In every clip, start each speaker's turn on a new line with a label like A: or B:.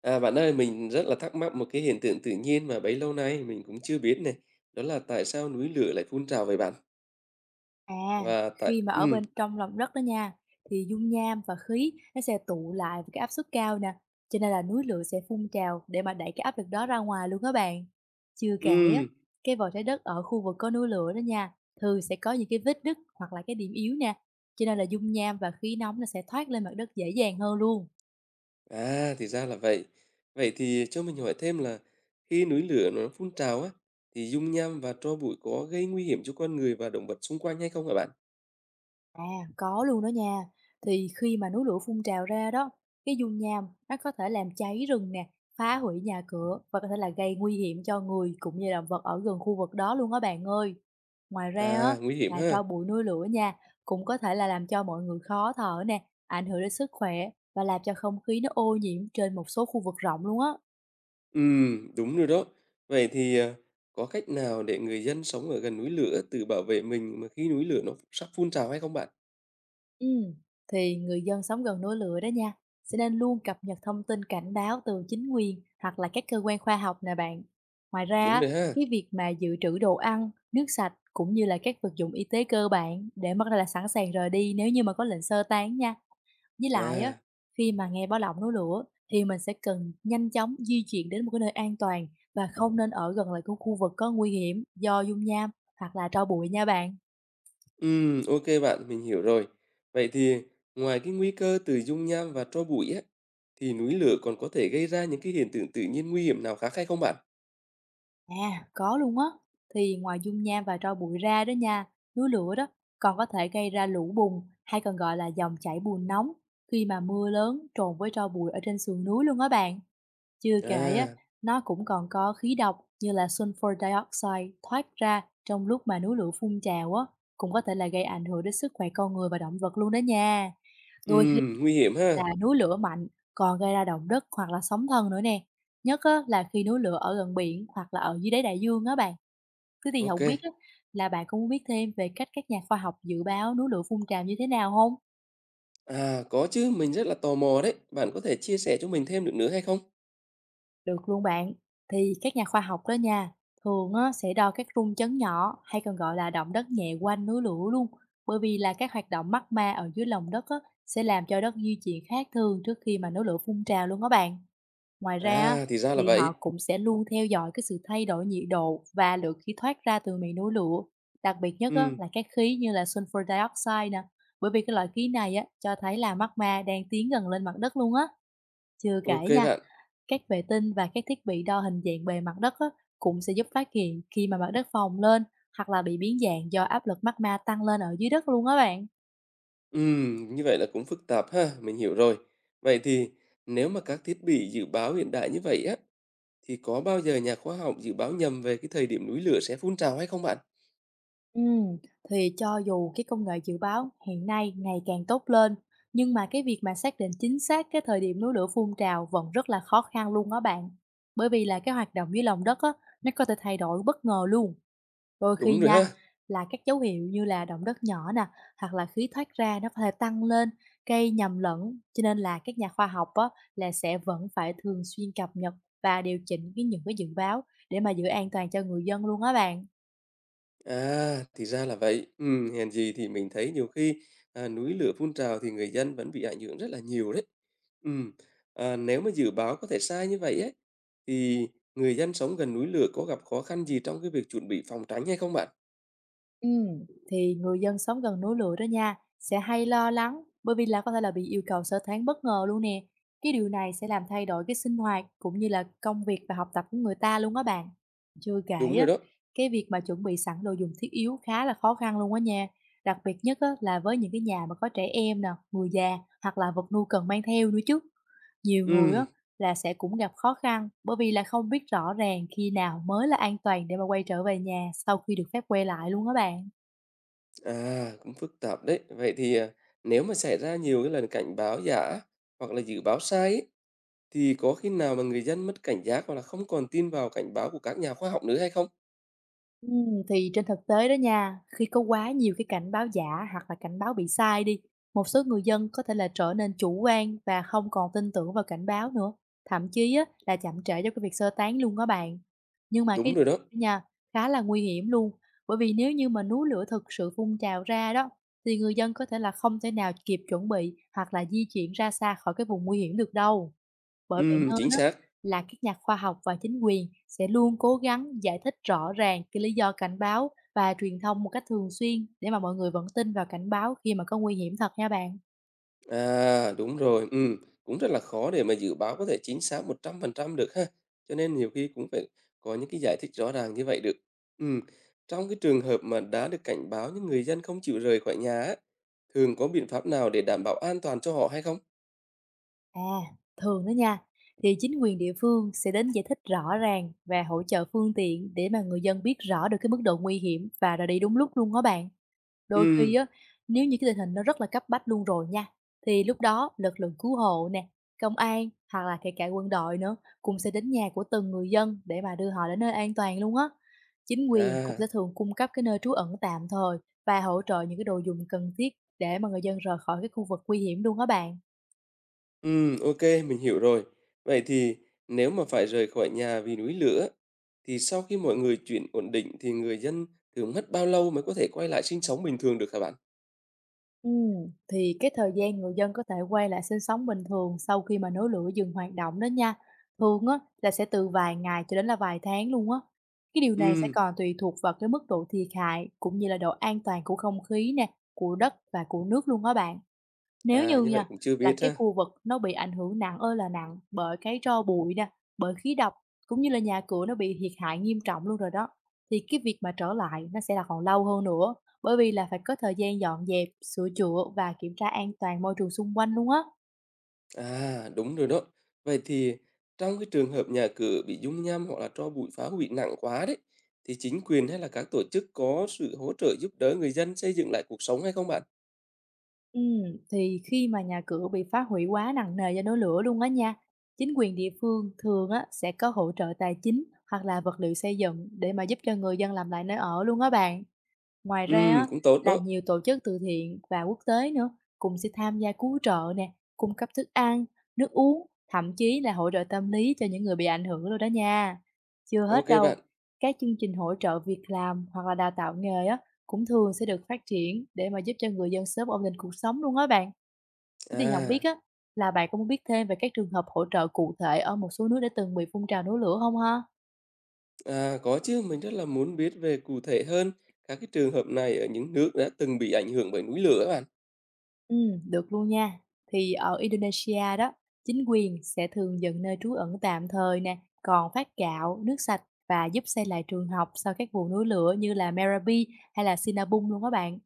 A: À, bạn ơi, mình rất là thắc mắc một cái hiện tượng tự nhiên mà bấy lâu nay mình cũng chưa biết này. Đó là tại sao núi lửa lại phun trào vậy bạn?
B: À,
A: Và tại...
B: khi mà ở
A: Ừm,
B: bên trong lòng đất đó nha, thì dung nham và khí nó sẽ tụ lại với cái áp suất cao nè, cho nên là núi lửa sẽ phun trào để mà đẩy cái áp lực đó ra ngoài luôn các bạn. Chưa kể á,
A: ừm,
B: cái vỏ trái đất ở khu vực có núi lửa đó nha, thường sẽ có những cái vết nứt hoặc là cái điểm yếu nè, cho nên là dung nham và khí nóng nó sẽ thoát lên mặt đất dễ dàng hơn luôn.
A: à thì ra là vậy. Vậy thì cho mình hỏi thêm là khi núi lửa nó phun trào á, thì dung nham và tro bụi có gây nguy hiểm cho con người và động vật xung quanh hay không hả bạn?
B: À, có luôn đó nha. Thì khi mà núi lửa phun trào ra đó, cái dung nham nó có thể làm cháy rừng nè, phá hủy nhà cửa và có thể là gây nguy hiểm cho người cũng như động vật ở gần khu vực đó luôn á bạn ơi. Ngoài ra á,
A: À, nguy hiểm
B: là
A: ha.
B: tro bụi núi lửa nha, cũng có thể là làm cho mọi người khó thở nè, ảnh hưởng đến sức khỏe và làm cho không khí nó ô nhiễm trên một số khu vực rộng luôn á.
A: Đúng rồi đó. Vậy thì à, có cách nào để người dân sống ở gần núi lửa tự bảo vệ mình mà khi núi lửa nó sắp phun trào hay không bạn?
B: Ừ, thì người dân sống gần núi lửa đó nha, sẽ nên luôn cập nhật thông tin cảnh báo từ chính quyền hoặc là các cơ quan khoa học nè bạn. Ngoài ra,
A: Đúng
B: á,
A: rồi ha.
B: cái việc mà dự trữ đồ ăn, nước sạch cũng như là các vật dụng y tế cơ bản để mất là sẵn sàng rời đi nếu như mà có lệnh sơ tán nha. Với lại á,
A: À,
B: khi mà nghe báo động núi lửa thì mình sẽ cần nhanh chóng di chuyển đến một cái nơi an toàn và không nên ở gần lại cái khu vực có nguy hiểm do dung nham hoặc là tro bụi nha bạn.
A: Ok bạn, mình hiểu rồi. Vậy thì ngoài cái nguy cơ từ dung nham và tro bụi á, thì núi lửa còn có thể gây ra những cái hiện tượng tự nhiên nguy hiểm nào khác hay không bạn?
B: À, có luôn á. Thì ngoài dung nham và tro bụi ra đó nha, núi lửa đó còn có thể gây ra lũ bùn hay còn gọi là dòng chảy bùn nóng khi mà mưa lớn trộn với tro bụi ở trên sườn núi luôn á bạn. Chưa kể á,
A: À,
B: nó cũng còn có khí độc như là sulfur dioxide thoát ra trong lúc mà núi lửa phun trào á, cũng có thể là gây ảnh hưởng đến sức khỏe con người và động vật luôn đó nha. Đôi khi
A: nguy hiểm ha.
B: là núi lửa mạnh còn gây ra động đất hoặc là sóng thần nữa nè. Nhất á, là khi núi lửa ở gần biển hoặc là ở dưới đáy đại dương á bạn. Thế thì
A: Ok.
B: không biết á, là bạn có muốn biết thêm về cách các nhà khoa học dự báo núi lửa phun trào như thế nào không?
A: À, có chứ, mình rất là tò mò đấy. Bạn có thể chia sẻ cho mình thêm được nữa hay không?
B: Được luôn bạn. Thì các nhà khoa học đó nha, thường á, sẽ đo các rung chấn nhỏ hay còn gọi là động đất nhẹ quanh núi lửa luôn. Bởi vì là các hoạt động magma ở dưới lòng đất á, sẽ làm cho đất di chuyển khác thường trước khi mà núi lửa phun trào luôn đó bạn. Ngoài ra á,
A: À, thì ra là
B: thì họ
A: vậy.
B: cũng sẽ luôn theo dõi cái sự thay đổi nhiệt độ và lượng khí thoát ra từ miệng núi lửa. Đặc biệt nhất á,
A: Ừm,
B: là các khí như là sulfur dioxide nè. Bởi vì cái loại khí này á, cho thấy là magma đang tiến gần lên mặt đất luôn á. Chưa
A: ok
B: kể nha,
A: bạn.
B: các vệ tinh và các thiết bị đo hình dạng bề mặt đất á, cũng sẽ giúp phát hiện khi mà mặt đất phồng lên hoặc là bị biến dạng do áp lực magma tăng lên ở dưới đất luôn á bạn.
A: Như vậy là cũng phức tạp ha, mình hiểu rồi. Vậy thì nếu mà các thiết bị dự báo hiện đại như vậy á, thì có bao giờ nhà khoa học dự báo nhầm về cái thời điểm núi lửa sẽ phun trào hay không bạn?
B: Ừm, thì cho dù cái công nghệ dự báo hiện nay ngày càng tốt lên, nhưng mà cái việc mà xác định chính xác cái thời điểm núi lửa phun trào vẫn rất là khó khăn luôn á bạn. Bởi vì là cái hoạt động dưới lòng đất á, nó có thể thay đổi bất ngờ luôn. Đôi khi
A: Đúng rồi
B: nha,
A: ha.
B: là các dấu hiệu như là động đất nhỏ nè, hoặc là khí thoát ra nó có thể tăng lên, gây nhầm lẫn, cho nên là các nhà khoa học á, là sẽ vẫn phải thường xuyên cập nhật và điều chỉnh những cái dự báo để mà giữ an toàn cho người dân luôn á bạn.
A: À, thì ra là vậy. Hèn gì thì mình thấy nhiều khi à, núi lửa phun trào thì người dân vẫn bị ảnh hưởng rất là nhiều đấy. Ừm, à, nếu mà dự báo có thể sai như vậy ấy, thì người dân sống gần núi lửa có gặp khó khăn gì trong cái việc chuẩn bị phòng tránh hay không bạn?
B: Ừ, thì người dân sống gần núi lửa đó nha, sẽ hay lo lắng bởi vì là có thể là bị yêu cầu sơ tán bất ngờ luôn nè. Cái điều này sẽ làm thay đổi cái sinh hoạt cũng như là công việc và học tập của người ta luôn á bạn. Chưa kể
A: Đúng rồi
B: á,
A: đó.
B: cái việc mà chuẩn bị sẵn đồ dùng thiết yếu khá là khó khăn luôn á nha. Đặc biệt nhất á, là với những cái nhà mà có trẻ em nè, người già hoặc là vật nuôi cần mang theo nữa chứ. Nhiều người
A: Ừm,
B: á, là sẽ cũng gặp khó khăn bởi vì là không biết rõ ràng khi nào mới là an toàn để mà quay trở về nhà sau khi được phép quay lại luôn á bạn.
A: à, cũng phức tạp đấy. Vậy thì à, nếu mà xảy ra nhiều cái lần cảnh báo giả hoặc là dự báo sai ấy, thì có khi nào mà người dân mất cảnh giác hoặc là không còn tin vào cảnh báo của các nhà khoa học nữa hay không?
B: Thì trên thực tế đó nha, khi có quá nhiều cái cảnh báo giả hoặc là cảnh báo bị sai đi, một số người dân có thể là trở nên chủ quan và không còn tin tưởng vào cảnh báo nữa, thậm chí á, là chậm trễ cho cái việc sơ tán luôn đó bạn. Nhưng mà cái
A: Đúng rồi đó.
B: điều nha, khá là nguy hiểm luôn, bởi vì nếu như mà núi lửa thực sự phun trào ra đó, thì người dân có thể là không thể nào kịp chuẩn bị hoặc là di chuyển ra xa khỏi cái vùng nguy hiểm được đâu. Bởi vậy nên
A: Chính
B: á,
A: xác.
B: là các nhà khoa học và chính quyền sẽ luôn cố gắng giải thích rõ ràng cái lý do cảnh báo và truyền thông một cách thường xuyên để mà mọi người vẫn tin vào cảnh báo khi mà có nguy hiểm thật nha bạn.
A: À, đúng rồi. Cũng rất là khó để mà dự báo có thể chính xác 100% được ha. Cho nên nhiều khi cũng phải có những cái giải thích rõ ràng như vậy được. Ừm, trong cái trường hợp mà đã được cảnh báo nhưng người dân không chịu rời khỏi nhà á, thường có biện pháp nào để đảm bảo an toàn cho họ hay không?
B: À, thường đó nha, thì chính quyền địa phương sẽ đến giải thích rõ ràng và hỗ trợ phương tiện để mà người dân biết rõ được cái mức độ nguy hiểm và rồi đi đúng lúc luôn đó bạn. Đôi khi
A: Ừm,
B: á, nếu như cái tình hình nó rất là cấp bách luôn rồi nha, thì lúc đó lực lượng cứu hộ nè, công an hoặc là kể cả quân đội nữa cũng sẽ đến nhà của từng người dân để mà đưa họ đến nơi an toàn luôn á. Chính quyền cũng sẽ
A: à.
B: thường cung cấp cái nơi trú ẩn tạm thời và hỗ trợ những cái đồ dùng cần thiết để mà người dân rời khỏi cái khu vực nguy hiểm luôn á bạn.
A: Ok mình hiểu rồi. Vậy thì nếu mà phải rời khỏi nhà vì núi lửa, thì sau khi mọi người chuyển ổn định thì người dân thường mất bao lâu mới có thể quay lại sinh sống bình thường được hả bạn?
B: Thì cái thời gian người dân có thể quay lại sinh sống bình thường sau khi mà núi lửa dừng hoạt động đó nha. Thường á là sẽ từ vài ngày cho đến là vài tháng luôn á. Cái điều này sẽ
A: Ừm,
B: còn tùy thuộc vào cái mức độ thiệt hại cũng như là độ an toàn của không khí nè, của đất và của nước luôn á bạn. Nếu
A: à,
B: như
A: như vậy
B: nha,
A: cũng chưa
B: là
A: biết
B: cái
A: ha.
B: khu vực nó bị ảnh hưởng nặng ơi là nặng bởi cái tro bụi nè, bởi khí độc, cũng như là nhà cửa nó bị thiệt hại nghiêm trọng luôn rồi đó, thì cái việc mà trở lại nó sẽ là còn lâu hơn nữa, bởi vì là phải có thời gian dọn dẹp, sửa chữa và kiểm tra an toàn môi trường xung quanh luôn á.
A: À, đúng rồi đó. Vậy thì trong cái trường hợp nhà cửa bị dung nham hoặc là tro bụi phá hủy nặng quá đấy, thì chính quyền hay là các tổ chức có sự hỗ trợ giúp đỡ người dân xây dựng lại cuộc sống hay không bạn?
B: Thì khi mà nhà cửa bị phá hủy quá nặng nề do núi lửa luôn á nha, chính quyền địa phương thường á sẽ có hỗ trợ tài chính hoặc là vật liệu xây dựng để mà giúp cho người dân làm lại nơi ở luôn á bạn. Ngoài ra á,
A: Cũng tốt
B: là
A: đó.
B: nhiều tổ chức từ thiện và quốc tế nữa cũng sẽ tham gia cứu trợ nè, cung cấp thức ăn, nước uống, thậm chí là hỗ trợ tâm lý cho những người bị ảnh hưởng luôn đó nha. Chưa hết
A: Ok bạn.
B: đâu, các chương trình hỗ trợ việc làm hoặc là đào tạo nghề á cũng thường sẽ được phát triển để mà giúp cho người dân sớm ổn định cuộc sống luôn á bạn. Thế thì không biết
A: À.
B: á, là bạn có muốn biết thêm về các trường hợp hỗ trợ cụ thể ở một số nước đã từng bị phun trào núi lửa không ha?
A: À, có chứ, mình rất là muốn biết về cụ thể hơn các cái trường hợp này ở những nước đã từng bị ảnh hưởng bởi núi lửa bạn.
B: Được luôn nha. Thì ở Indonesia đó, chính quyền sẽ thường dựng nơi trú ẩn tạm thời nè, còn phát gạo, nước sạch và giúp xây lại trường học sau các vụ núi lửa như là Merapi hay là Sinabung luôn các bạn.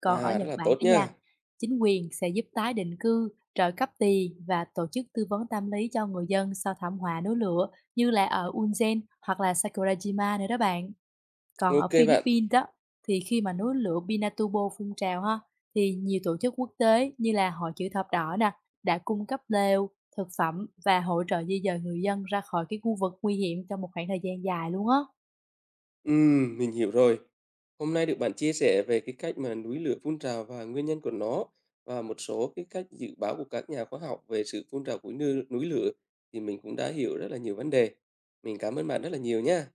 B: Còn ở
A: À, rất
B: Nhật
A: là
B: Bản
A: tốt
B: đó
A: nha.
B: nha, chính quyền sẽ giúp tái định cư, trợ cấp tiền và tổ chức tư vấn tâm lý cho người dân sau thảm họa núi lửa như là ở Unzen hoặc là Sakurajima nữa đó bạn. Còn ở
A: Ok bạn.
B: Philippines đó, thì khi mà núi lửa Pinatubo phun trào ha, thì nhiều tổ chức quốc tế như là Hội Chữ Thập Đỏ nè, đã cung cấp lều, thực phẩm và hỗ trợ di dời người dân ra khỏi cái khu vực nguy hiểm trong một khoảng thời gian dài luôn á.
A: Mình hiểu rồi. Hôm nay được bạn chia sẻ về cái cách mà núi lửa phun trào và nguyên nhân của nó và một số cái cách dự báo của các nhà khoa học về sự phun trào của núi lửa thì mình cũng đã hiểu rất là nhiều vấn đề. Mình cảm ơn bạn rất là nhiều nha.